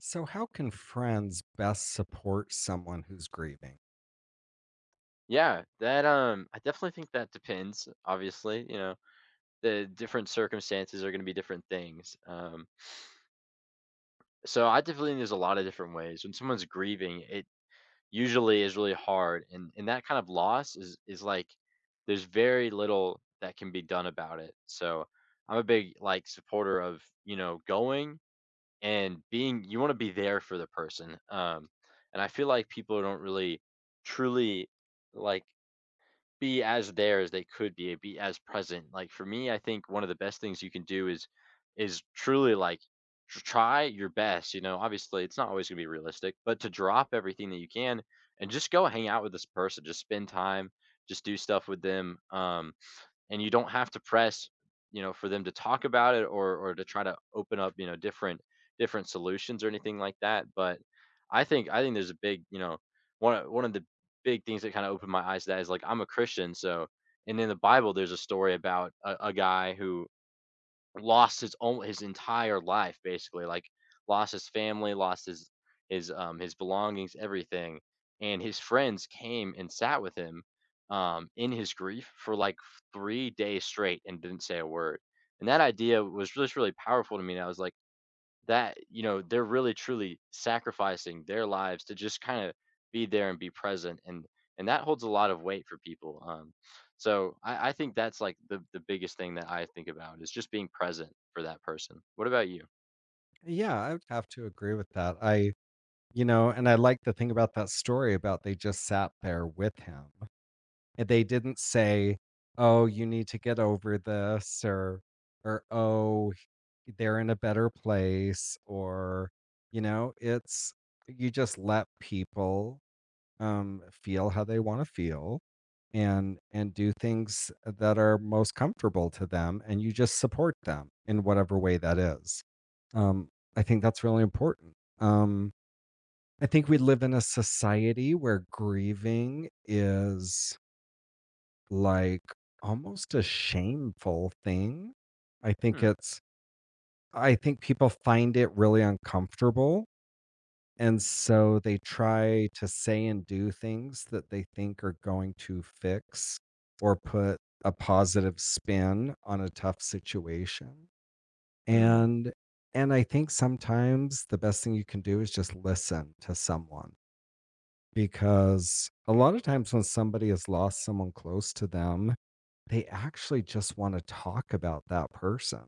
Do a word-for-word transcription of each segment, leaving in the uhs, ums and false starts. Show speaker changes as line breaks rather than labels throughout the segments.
So, how can friends best support someone who's grieving?
Yeah, that, um, I definitely think that depends, obviously, you know, the different circumstances are gonna be different things, um, so I definitely think there's a lot of different ways. When someone's grieving, it usually is really hard, and and that kind of loss is is like there's very little that can be done about it, so I'm a big, like, supporter of, you know, going and being you wanna be there for the person, um, and I feel like people don't really truly, like be as there as they could be, be as present. Like for me, I think one of the best things you can do is is truly like tr- try your best. You know, obviously it's not always gonna be realistic, but to drop everything that you can and just go hang out with this person, just spend time, just do stuff with them. Um, and you don't have to press you know for them to talk about it or or to try to open up you know different different solutions or anything like that, but i think i think there's a big, you know, one of- one of the big things that kind of opened my eyes to that is like I'm a Christian, so and in the Bible there's a story about a, a guy who lost his own his entire life basically, like, lost his family, lost his his, um, his belongings, everything, and his friends came and sat with him, um, in his grief for, like, three days straight and didn't say a word, and that idea was just really powerful to me, and I was like, that you know they're really truly sacrificing their lives to just kind of be there and be present, and and that holds a lot of weight for people. Um so i i think that's like the the biggest thing that I think about is just being present for that person. What about you?
Yeah, I would have to agree with that. I, you know, and I like the thing about that story about they just sat there with him. And they didn't say, "Oh, you need to get over this," or, or "Oh, they're in a better place," or, you know, it's you just let people um, feel how they want to feel and and do things that are most comfortable to them, and you just support them in whatever way that is. um, I think that's really important. um, I think we live in a society where grieving is, like, almost a shameful thing. i think
Hmm.
it's I think people find it really uncomfortable, and so they try to say and do things that they think are going to fix or put a positive spin on a tough situation.
mm,
And and I think sometimes the best thing you can do is just listen to someone, because a lot of times when somebody has lost someone close to them, they actually just want to talk about that person,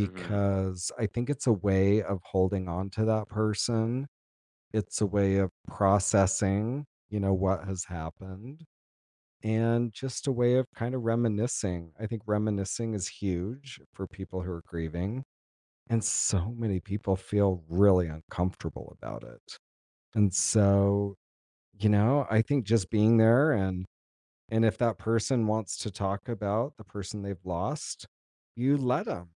hmm.
I think it's a way of holding on to that person. It's a way of processing, you know, what has happened, and just a way of kind of reminiscing. I think reminiscing is huge for people who are grieving. And so many people feel really uncomfortable about it. And so, you know, I think just being there, and and if that person wants to talk about the person they've lost, you let them,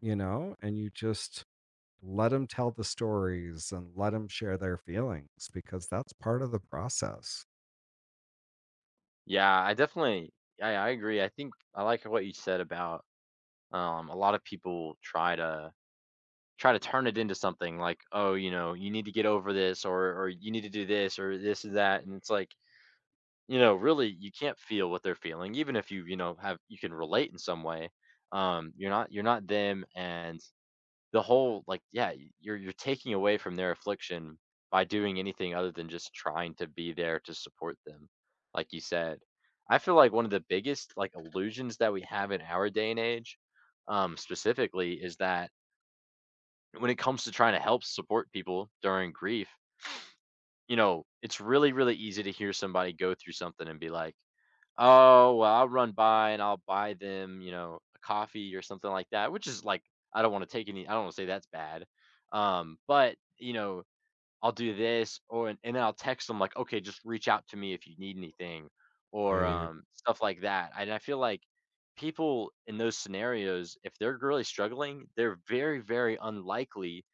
you know, and you just let them tell the stories and let them share their feelings, because that's part of the process.
Yeah i definitely I, I agree. I think i like what you said about, um, a lot of people try to try to turn it into something like, oh, you know, you need to get over this, or or you need to do this or this or that, and it's like, you know, really, you can't feel what they're feeling, even if you, you know, have you can relate in some way. Um, you're not, you're not them, and the whole like, yeah, y- you're you're taking away from their affliction by doing anything other than just trying to be there to support them, like you said. I feel like one of the biggest, like, illusions that we have in our day and age, um, specifically, is that when it comes to trying to help support people during grief, you know, it's really, really easy to hear somebody go through something and be like, oh, well, I'll run by and I'll buy them, you know, a coffee or something like that, which is like I don't wanna take any I don't wanna say that's bad. Um, but, you know, I'll do this or and then I'll text them like, "Okay, just reach out to me if you need anything," or,
Right,
um, stuff like that, and I feel like people in those scenarios, if they're really struggling, they're very, very unlikely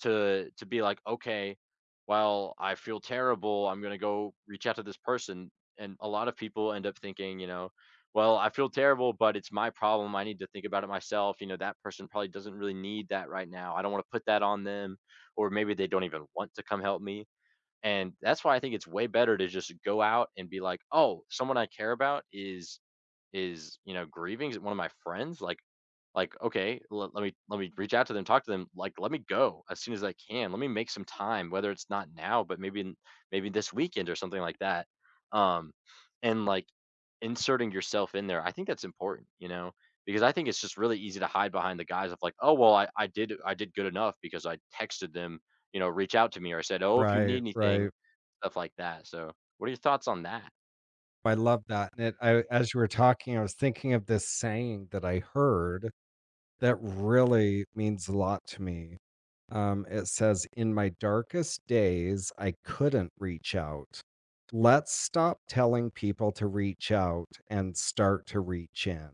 to to be like, "Okay, well, I feel terrible, I'm gonna go reach out to this person," and a lot of people end up thinking, you know, "Well, I feel terrible, but it's my problem, I need to think about it myself," you know, "That person probably doesn't really need that right now, I don't wanna put that on them," or maybe they don't even want to come help me. And that's why I think it's way better to just go out and be like, oh, someone I care about is is, you know, grieving one of my friends, like like, okay, let, let me let me reach out to them, talk to them, like let me go as soon as I can. Let me make some time, whether it's not now, but maybe in, maybe this weekend or something like that. Um, and like inserting yourself in there, I think that's important, you know, because I think it's just really easy to hide behind the guise of like, oh well, I, I did I did good enough because I texted them, you know, reach out to me or I said, oh, if you need
right,
anything,
right.
stuff like that. So, what are your thoughts on that?
I love that. And it, I, as you were talking, I was thinking of this saying that I heard that really means a lot to me. Um, it says, in my darkest days, I couldn't reach out. Let's stop telling people to reach out and start to reach in.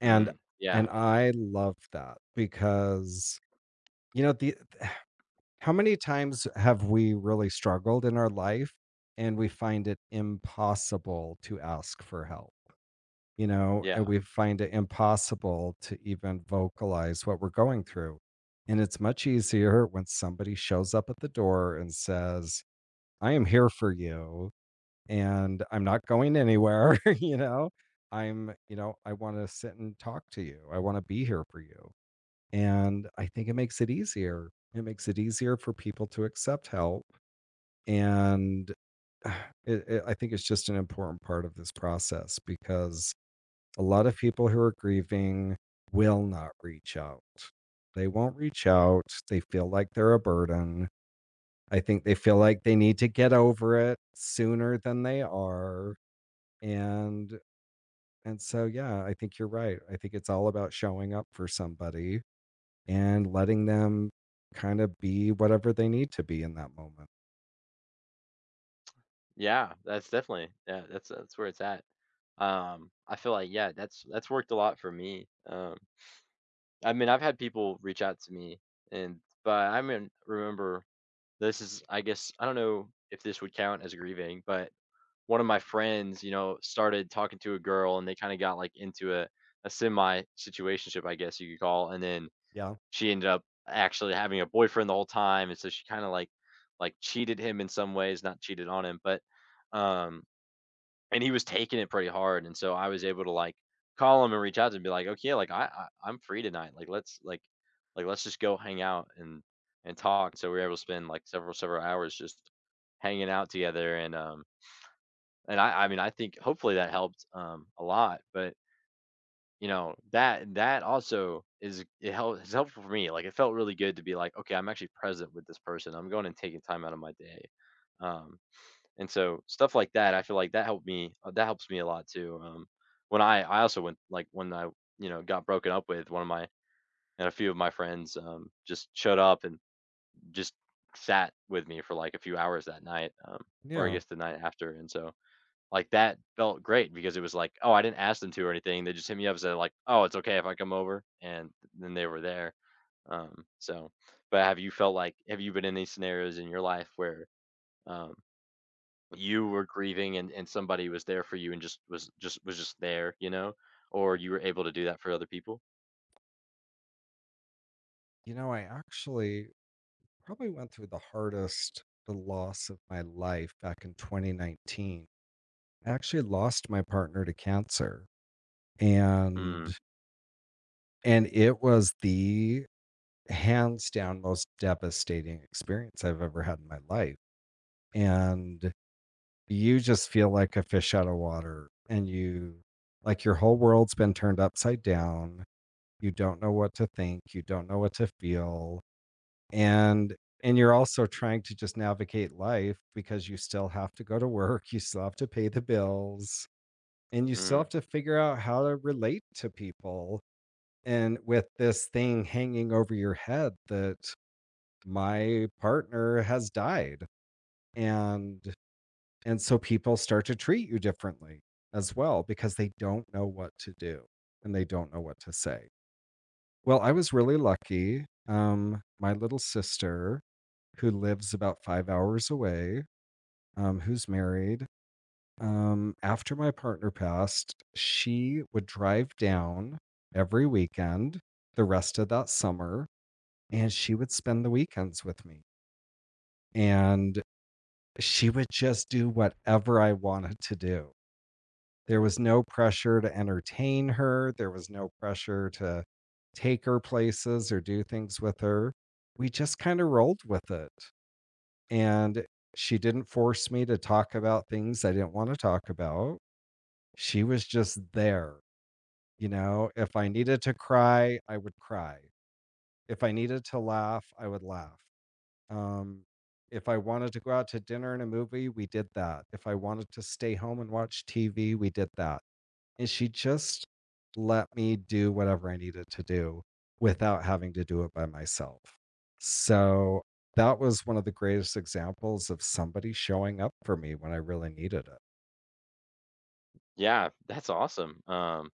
And
Mm, yeah,
and I love that, because you know the how many times have we really struggled in our life and we find it impossible to ask for help? You know,
yeah.
and we find it impossible to even vocalize what we're going through. And it's much easier when somebody shows up at the door and says, I am here for you and I'm not going anywhere. You know, I'm, you know, I want to sit and talk to you. I want to be here for you. And I think it makes it easier. It makes it easier for people to accept help. And uh, it, it, I think it's just an important part of this process, because a lot of people who are grieving will not reach out. They won't reach out. They feel like they're a burden. I think they feel like they need to get over it sooner than they are. And and so yeah, I think you're right. I think it's all about showing up for somebody and letting them kind of be whatever they need to be in that moment.
Yeah, that's definitely yeah, that's that's where it's at. Um, I feel like, yeah, that's that's worked a lot for me. Um, I mean, I've had people reach out to me, and but I mean, remember this is I guess I don't know if this would count as grieving, but one of my friends, you know, started talking to a girl, and they kind of got like into a a semi situationship, I guess you could call, and then
Yeah.
she ended up actually having a boyfriend the whole time, and so she kind of like like cheated him in some ways, not cheated on him, but, um and he was taking it pretty hard. And so I was able to like call him and reach out to him and be like, okay, like I, I I'm free tonight. Like let's like like let's just go hang out and and talk. So we were able to spend like several several hours just hanging out together. And um and I I mean I think hopefully that helped, um, a lot. But you know that that also is it help, is helpful for me. Like it felt really good to be like, okay, I'm actually present with this person. I'm going and taking time out of my day. Um, and so stuff like that, I feel like that helped me uh, that helps me a lot too. Um, when I I also went like when I you know got broken up with one of my and a few of my friends, um, just showed up and just sat with me for like a few hours that night, um, or I
Yeah.
guess the night after. And so like that felt great because it was like, oh, I didn't ask them to or anything. They just hit me up and said like, oh, it's okay if I come over, and then they were there. Um, so but have you felt like have you been in these scenarios in your life where, um, you were grieving and and somebody was there for you and just was just was just there, you know? Or you were able to do that for other people?
You know, I actually probably went through the hardest the loss of my life back in twenty nineteen. I actually lost my partner to cancer,
Mm.
and and it was the hands down most devastating experience I've ever had in my life. And you just feel like a fish out of water, and you, like, your whole world's been turned upside down. You don't know what to think. You don't know what to feel. And and you're also trying to just navigate life, because you still have to go to work, you still have to pay the bills, and you still
Mm.
have to figure out how to relate to people. And with this thing hanging over your head that my partner has died. And and so people start to treat you differently as well, because they don't know what to do and they don't know what to say. Well, I was really lucky. Um, my little sister, who lives about five hours away, um, who's married, um, after my partner passed, she would drive down every weekend the rest of that summer, and she would spend the weekends with me, and she would just do whatever I wanted to do. There was no pressure to entertain her, there was no pressure to take her places or do things with her. We just kinda rolled with it, and she didn't force me to talk about things I didn't wanna talk about. She was just there, you know? If I needed to cry, I would cry. If I needed to laugh, I would laugh. Um, if I wanted to go out to dinner and a movie, we did that. If I wanted to stay home and watch T V, we did that, and she just let me do whatever I needed to do without having to do it by myself. So that was one of the greatest examples of somebody showing up for me when I really needed it.
Yeah, that's awesome. Um,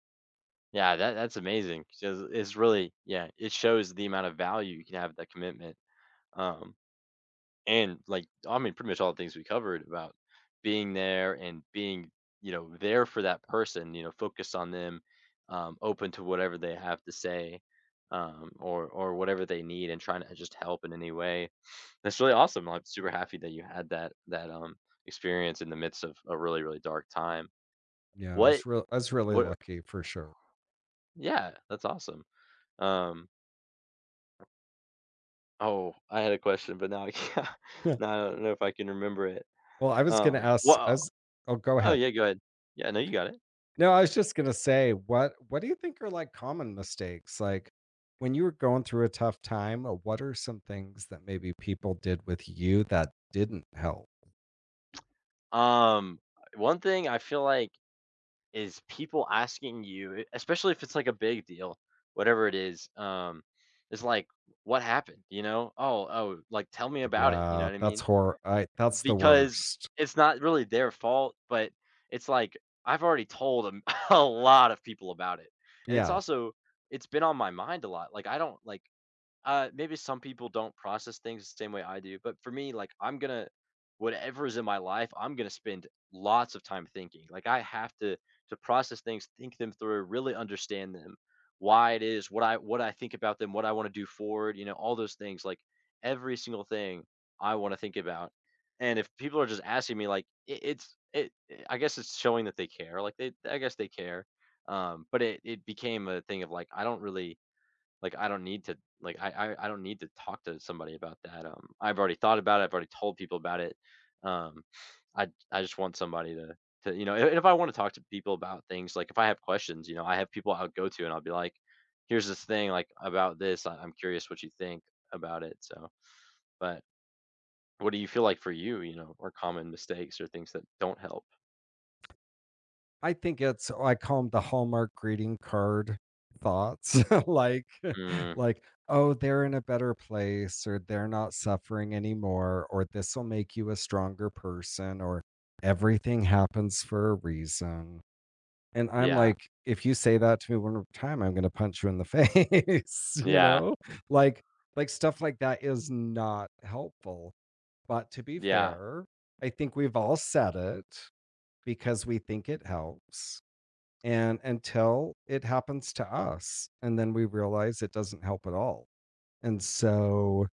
yeah, that that's amazing. 'Cause it's really, yeah, it shows the amount of value you can have that commitment. Um, and like I mean, pretty much all the things we covered about being there and being, you know, there for that person, you know, focused on them, um, open to whatever they have to say, um, or or whatever they need, and trying to just help in any way. That's really awesome. I'm super happy that you had that that, um, experience in the midst of a really, really dark time.
Yeah, I
What
was real I was really
what
lucky for sure.
yeah, that's awesome. Um, oh, I had a question, but now I can't
Yeah.
now I don't know if I can remember it.
Well, I was gonna
Um,
ask
well,
as oh go
oh,
ahead.
yeah, go ahead. Yeah, no, you got it.
No, I was just gonna say, what what do you think are like common mistakes? Like, when you were going through a tough time, uh, what are some things that maybe people did with you that didn't help?
Um, one thing I feel like is people asking you, e especially if it's, like, a big deal, whatever it is, um, is like, "What happened?" You know? "Oh oh," like, "Tell me about it." You know
Yeah,
what I
that's
mean?
hor I that's the
Because
worst.
it's not really their fault, but it's like I've already told a a lot of people about it, and it's
Yeah,
also it's been on my mind a lot, like, I don't like, uh, maybe some people don't process things the same way I do, but for me, like I'm gonna whatever is in my life, I'm gonna spend lots of time thinking. Like I have to to process things, think them through, really understand them, why it is, what I what I think about them, what I want to do forward, you know, all those things. Like every single thing I want to think about. And if people are just asking me, like it, it's it, it- I guess it's showing that they care. Like they, I guess they care. Um, but it it became a thing of like I don't really like, I don't need to like, I I I don't need to talk to somebody about that, um, I've already thought about it, I've already told people about it, um, I I just want somebody to to, you know, and if I wanna talk to people about things, like, if I have questions, you know, I have people I'll go to and I'll be like, "Here's this thing, like, about this, I I'm curious what you think about it," so but what do you feel like for you, you know, or common mistakes or things that don't help?
I think it's I call them the Hallmark greeting card thoughts, like
Mm,
like, "Oh, they're in a better place," or "They're not suffering anymore," or "This'll make you a stronger person," or "Everything happens for a reason." And I'm
yeah,
like, "If you say that to me one more time, I'm gonna punch you in the face," you
yeah,
know? Like like, stuff like that is not helpful. But to be
yeah,
fair, I think we've all said it because we think it helps. And until it happens to us, and then we realize it doesn't help at all. And so,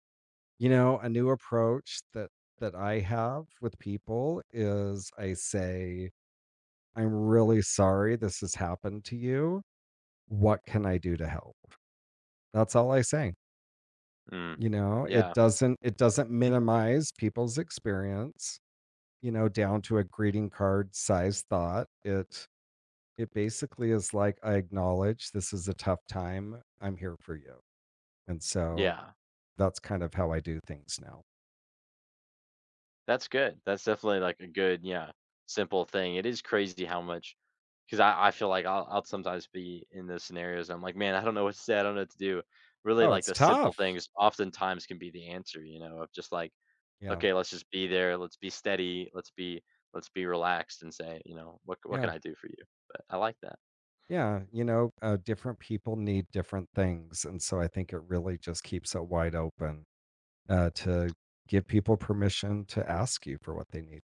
you know, a new approach that that I have with people is I say, I'm really sorry this has happened to you. What can I do to help? That's all I say.
mm,
You know, it
yeah,
doesn't it doesn't minimize people's experience, you know, down to a greeting card size thought. It it basically is like I acknowledge this is a tough time. I'm here for you. And so
yeah.
that's kind of how I do things now.
That's good. That's definitely like a good, yeah, simple thing. It is crazy how much, because I, I feel like I'll, I'll sometimes be in those scenarios. I'm like, man, I don't know what to say. I don't know what to do. Really,
Oh,
like
it's
the simple
tough.
things oftentimes can be the answer, you know, of just like,
Yeah.
okay, let's just be there. Let's be steady. Let's be, let's be relaxed and say, you know, what, what can
Yeah.
I do for you? But I like that.
Yeah. You know, uh, different people need different things. And so I think it really just keeps it wide open uh, to give people permission to ask you for what they need.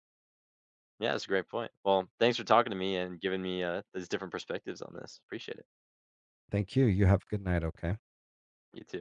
Yeah, that's a great point. Well, thanks for talking to me and giving me, uh, these different perspectives on this. Appreciate it.
Thank you. You have a good night. Okay.
You too.